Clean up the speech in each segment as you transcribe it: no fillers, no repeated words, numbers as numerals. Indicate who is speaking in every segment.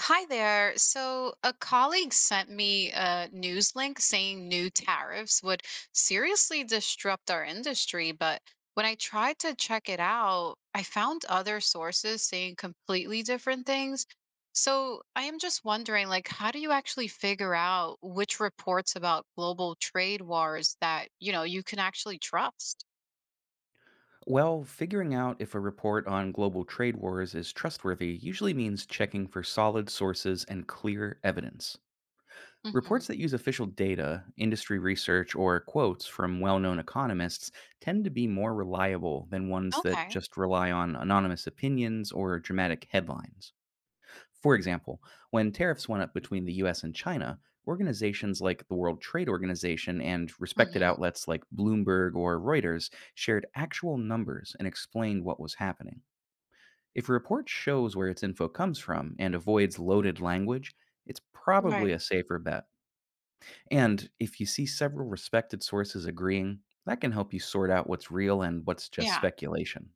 Speaker 1: Hi there. So, a colleague sent me a news link saying new tariffs would seriously disrupt our industry, but when I tried to check it out, I found other sources saying completely different things. So, I am just wondering like how do you actually figure out which reports about global trade wars that, you can actually trust?
Speaker 2: Well, figuring out if a report on global trade wars is trustworthy usually means checking for solid sources and clear evidence. Reports
Speaker 1: Hmm.
Speaker 2: that use official data, industry research, or quotes from well known economists tend to be more reliable than ones that
Speaker 1: Okay.
Speaker 2: just rely on anonymous opinions or dramatic headlines. For example, when tariffs went up between the US and China, organizations like the World Trade Organization and respected
Speaker 1: Hmm.
Speaker 2: outlets like Bloomberg or Reuters shared actual numbers and explained what was happening. If a report shows where its info comes from and avoids loaded language, it's probably
Speaker 1: Right.
Speaker 2: a safer bet. And if you see several respected sources agreeing, that can help you sort out what's real and what's just
Speaker 1: Yeah.
Speaker 2: speculation.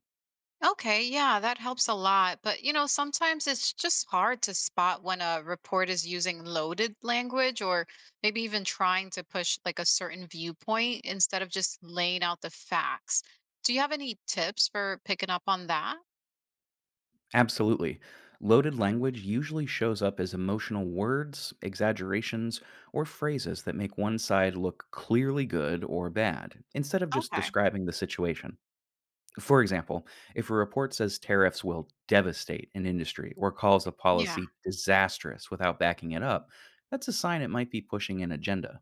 Speaker 1: Okay, yeah, that helps a lot. But, sometimes it's just hard to spot when a report is using loaded language or maybe even trying to push like a certain viewpoint instead of just laying out the facts. Do you have any tips for picking up on that?
Speaker 2: Absolutely. Loaded language usually shows up as emotional words, exaggerations, or phrases that make one side look clearly good or bad, instead of just
Speaker 1: Okay.
Speaker 2: describing the situation. For example, if a report says tariffs will devastate an industry or calls a
Speaker 1: Yeah.
Speaker 2: policy disastrous without backing it up, that's a sign it might be pushing an agenda.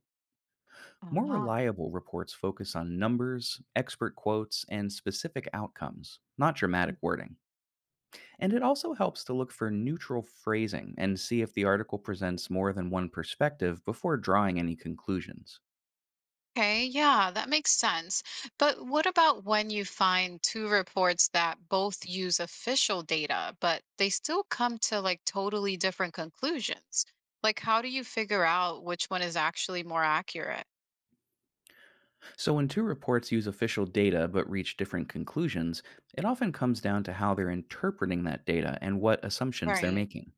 Speaker 2: More
Speaker 1: Ah.
Speaker 2: reliable reports focus on numbers, expert quotes, and specific outcomes, not dramatic wording. And it also helps to look for neutral phrasing and see if the article presents more than one perspective before drawing any conclusions.
Speaker 1: Okay, yeah, that makes sense. But what about when you find two reports that both use official data, but they still come to like totally different conclusions? Like, how do you figure out which one is actually more accurate?
Speaker 2: So, when two reports use official data but reach different conclusions, it often comes down to how they're interpreting that data and what assumptions they're
Speaker 1: Right.
Speaker 2: making.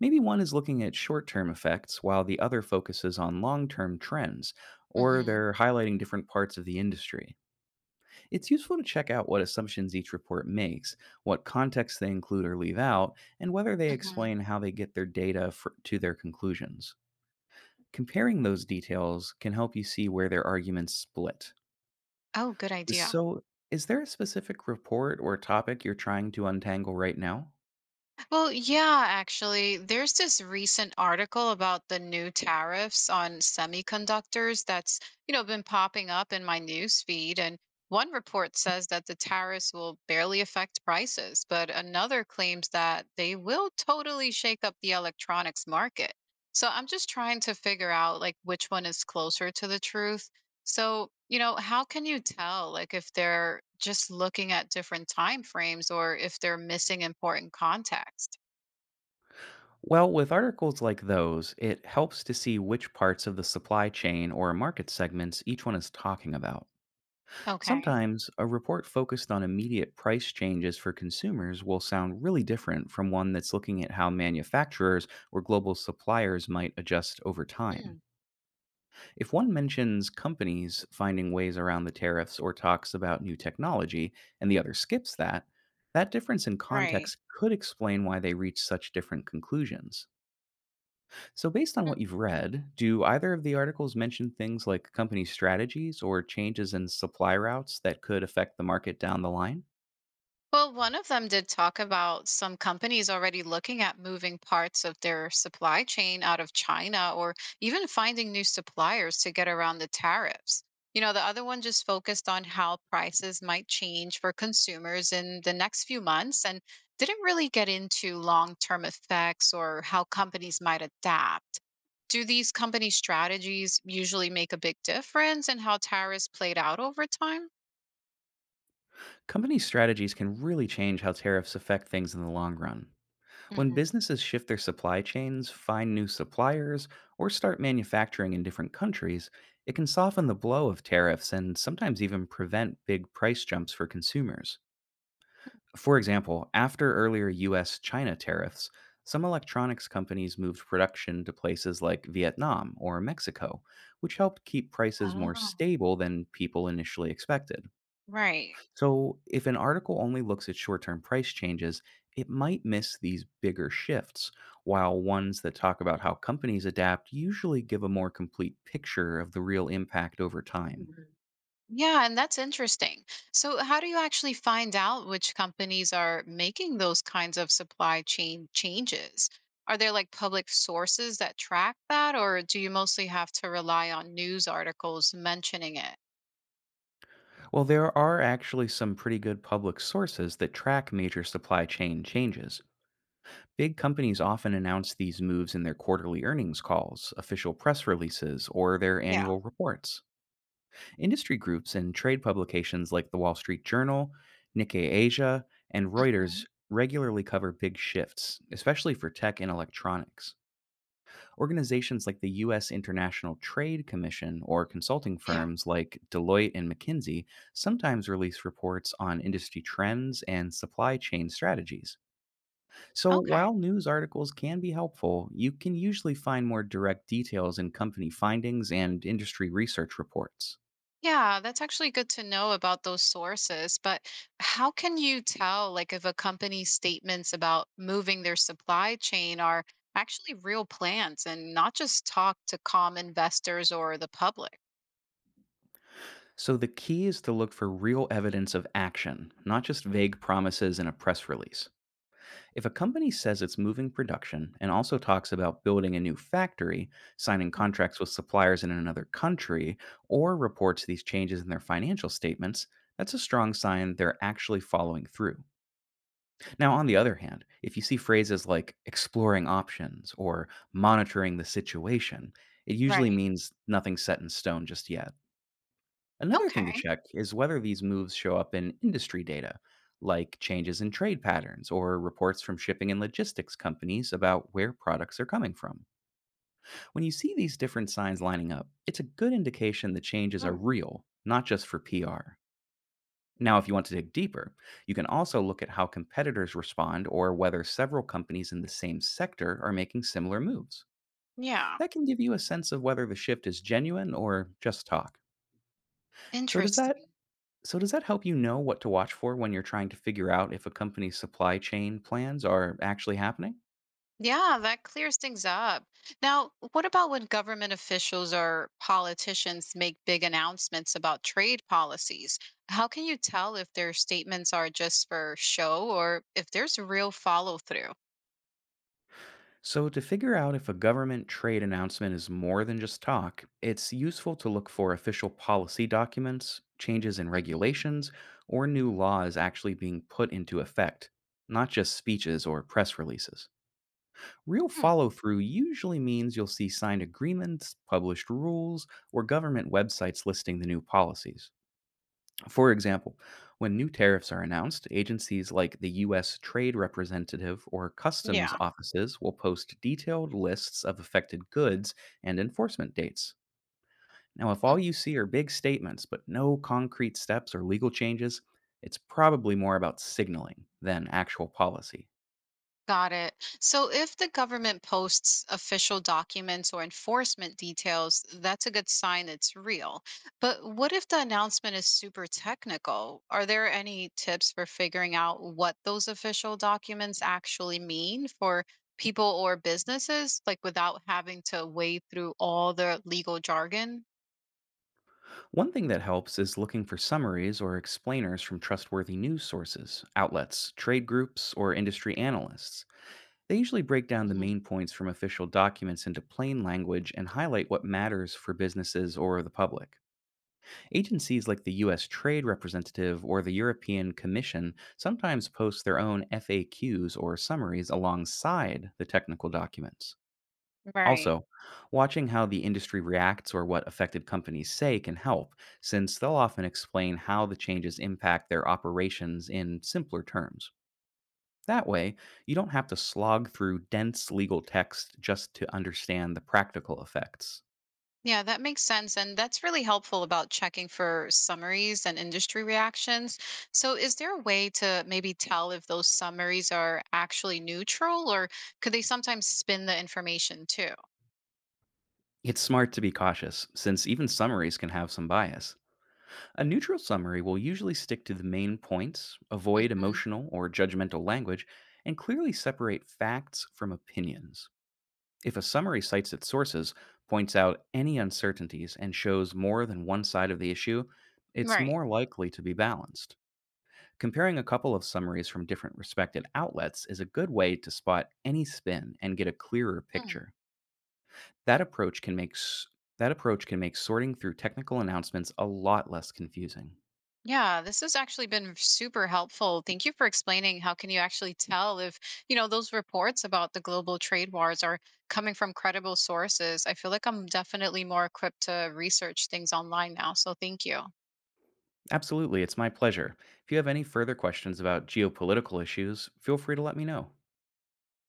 Speaker 2: Maybe one is looking at short term effects while the other focuses on long term trends, or
Speaker 1: Hmm.
Speaker 2: they're highlighting different parts of the industry. It's useful to check out what assumptions each report makes, what context they include or leave out, and whether they
Speaker 1: Hmm.
Speaker 2: explain how they get their data fr to their conclusions. Comparing those details can help you see where their arguments split.
Speaker 1: Oh, good idea.
Speaker 2: So, is there a specific report or topic you're trying to untangle right now?
Speaker 1: Well, yeah, actually, there's this recent article about the new tariffs on semiconductors that's been popping up in my news feed. And one report says that the tariffs will barely affect prices, but another claims that they will totally shake up the electronics market. So I'm just trying to figure out like which one is closer to the truth. So, how can you tell like if they're just looking at different time frames or if they're missing important context?
Speaker 2: Well, with articles like those, it helps to see which parts of the supply chain or market segments each one is talking about.
Speaker 1: Okay.
Speaker 2: Sometimes a report focused on immediate price changes for consumers will sound really different from one that's looking at how manufacturers or global suppliers might adjust over time.
Speaker 1: Mm,
Speaker 2: If one mentions companies finding ways around the tariffs or talks about new technology and the other skips that, that difference in
Speaker 1: right.
Speaker 2: context could explain why they reach such different conclusions. So, based on what you've read, do either of the articles mention things like company strategies or changes in supply routes that could affect the market down the line?
Speaker 1: Well, one of them did talk about some companies already looking at moving parts of their supply chain out of China or even finding new suppliers to get around the tariffs. The other one just focused on how prices might change for consumers in the next few months and didn't really get into long term effects or how companies might adapt. Do these company strategies usually make a big difference in how tariffs played out over time?
Speaker 2: Company strategies can really change how tariffs affect things in the long run.
Speaker 1: Hmm.
Speaker 2: When
Speaker 1: Mhm.
Speaker 2: businesses shift their supply chains, find new suppliers, or start manufacturing in different countries, it can soften the blow of tariffs and sometimes even prevent big price jumps for consumers. For example, after earlier US China tariffs, some electronics companies moved production to places like Vietnam or Mexico, which helped keep prices more
Speaker 1: Oh.
Speaker 2: stable than people initially expected.
Speaker 1: Right.
Speaker 2: So, if an article only looks at short term price changes, it might miss these bigger shifts, while ones that talk about how companies adapt usually give a more complete picture of the real impact over time.
Speaker 1: Yeah, and that's interesting. So, how do you actually find out which companies are making those kinds of supply chain changes? Are there like public sources that track that, or do you mostly have to rely on news articles mentioning it?
Speaker 2: Well, there are actually some pretty good public sources that track major supply chain changes. Big companies often announce these moves in their quarterly earnings calls, official press releases, or their
Speaker 1: Yeah.
Speaker 2: annual reports. Industry groups and trade publications like the Wall Street Journal, Nikkei Asia, and Reuters
Speaker 1: Mhm.
Speaker 2: regularly cover big shifts, especially for tech and electronics. Organizations like the U.S. International Trade Commission or consulting
Speaker 1: Yeah.
Speaker 2: firms like Deloitte and McKinsey sometimes release reports on industry trends and supply chain strategies. So, while
Speaker 1: Okay.
Speaker 2: news articles can be helpful, you can usually find more direct details in company findings and industry research reports.
Speaker 1: Yeah, that's actually good to know about those sources. But how can you tell, like, if a company's statements about moving their supply chain are actually real plans and not just talk to calm investors or the public?
Speaker 2: So the key is to look for real evidence of action, not just vague promises in a press release. If a company says it's moving production and also talks about building a new factory, signing
Speaker 1: Mm.
Speaker 2: contracts with suppliers in another country, or reports these changes in their financial statements, that's a strong sign they're actually following through. Now, on the other hand, if you see phrases like exploring options or monitoring the situation, it usually
Speaker 1: Right.
Speaker 2: means nothing's set in stone just yet. Another thing to
Speaker 1: Okay.
Speaker 2: check is whether these moves show up in industry data, like changes in trade patterns or reports from shipping and logistics companies about where products are coming from. When you see these different signs lining up, it's a good indication the changes are
Speaker 1: Mm.
Speaker 2: real, not just for PR. Now, if you want to dig deeper, you can also look at how competitors respond or whether several companies in the same sector are making similar moves.
Speaker 1: Yeah,
Speaker 2: That can give you a sense of whether the shift is genuine or just talk. So, does that
Speaker 1: interesting.
Speaker 2: So, does that help you know what to watch for when you're trying to figure out if a company's supply chain plans are actually happening?
Speaker 1: Yeah, that clears things up. Now, what about when government officials or politicians make big announcements about trade policies? How can you tell if their statements are just for show or if there's real follow through?
Speaker 2: So, to figure out if a government trade announcement is more than just talk, it's useful to look for official policy documents, changes in regulations, or new laws actually being put into effect, not just speeches or press releases. Real
Speaker 1: Mhm.
Speaker 2: follow through usually means you'll see signed agreements, published rules, or government websites listing the new policies. For example, when new tariffs are announced, agencies like the U.S. Trade Representative or customs
Speaker 1: Yeah.
Speaker 2: offices will post detailed lists of affected goods and enforcement dates. Now, if all you see are big statements but no concrete steps or legal changes, it's probably more about signaling than actual policy.
Speaker 1: Got it. So if the government posts official documents or enforcement details, that's a good sign it's real. But what if the announcement is super technical? Are there any tips for figuring out what those official documents actually mean for people or businesses, like without having to wade through all the legal jargon?
Speaker 2: One thing that helps is looking for summaries or explainers from trustworthy news sources, outlets, trade groups, or industry analysts. They usually break down the
Speaker 1: Mhm.
Speaker 2: main points from official documents into plain language and highlight what matters for businesses or the public. Agencies like the US Trade Representative or the European Commission sometimes post their own FAQs or summaries alongside the technical documents.
Speaker 1: Right.
Speaker 2: Also, watching how the industry reacts or what affected companies say can help, since they'll often explain how the changes impact their operations in simpler terms. That way, you don't have to slog through dense legal text just to understand the practical effects.
Speaker 1: Yeah, that makes sense. And that's really helpful about checking for summaries and industry reactions. So, is there a way to maybe tell if those summaries are actually neutral or could they sometimes spin the information too?
Speaker 2: It's smart to be cautious, since even summaries can have some bias. A neutral summary will usually stick to the main points, avoid
Speaker 1: Mhm.
Speaker 2: emotional or judgmental language, and clearly separate facts from opinions. If a summary cites its sources, points out any uncertainties, and shows more than one side of the issue, it's
Speaker 1: Right.
Speaker 2: more likely to be balanced. Comparing a couple of summaries from different respected outlets is a good way to spot any spin and get a clearer
Speaker 1: Mm.
Speaker 2: picture. That approach can make s- that approach can make sorting through technical announcements a lot less confusing.
Speaker 1: Yeah, this has actually been super helpful. Thank you for explaining how can you actually tell if those reports about the global trade wars are coming from credible sources. I feel like I'm definitely more equipped to research things online now. So, thank you.
Speaker 2: Absolutely, it's my pleasure. If you have any further questions about geopolitical issues, feel free to let me know.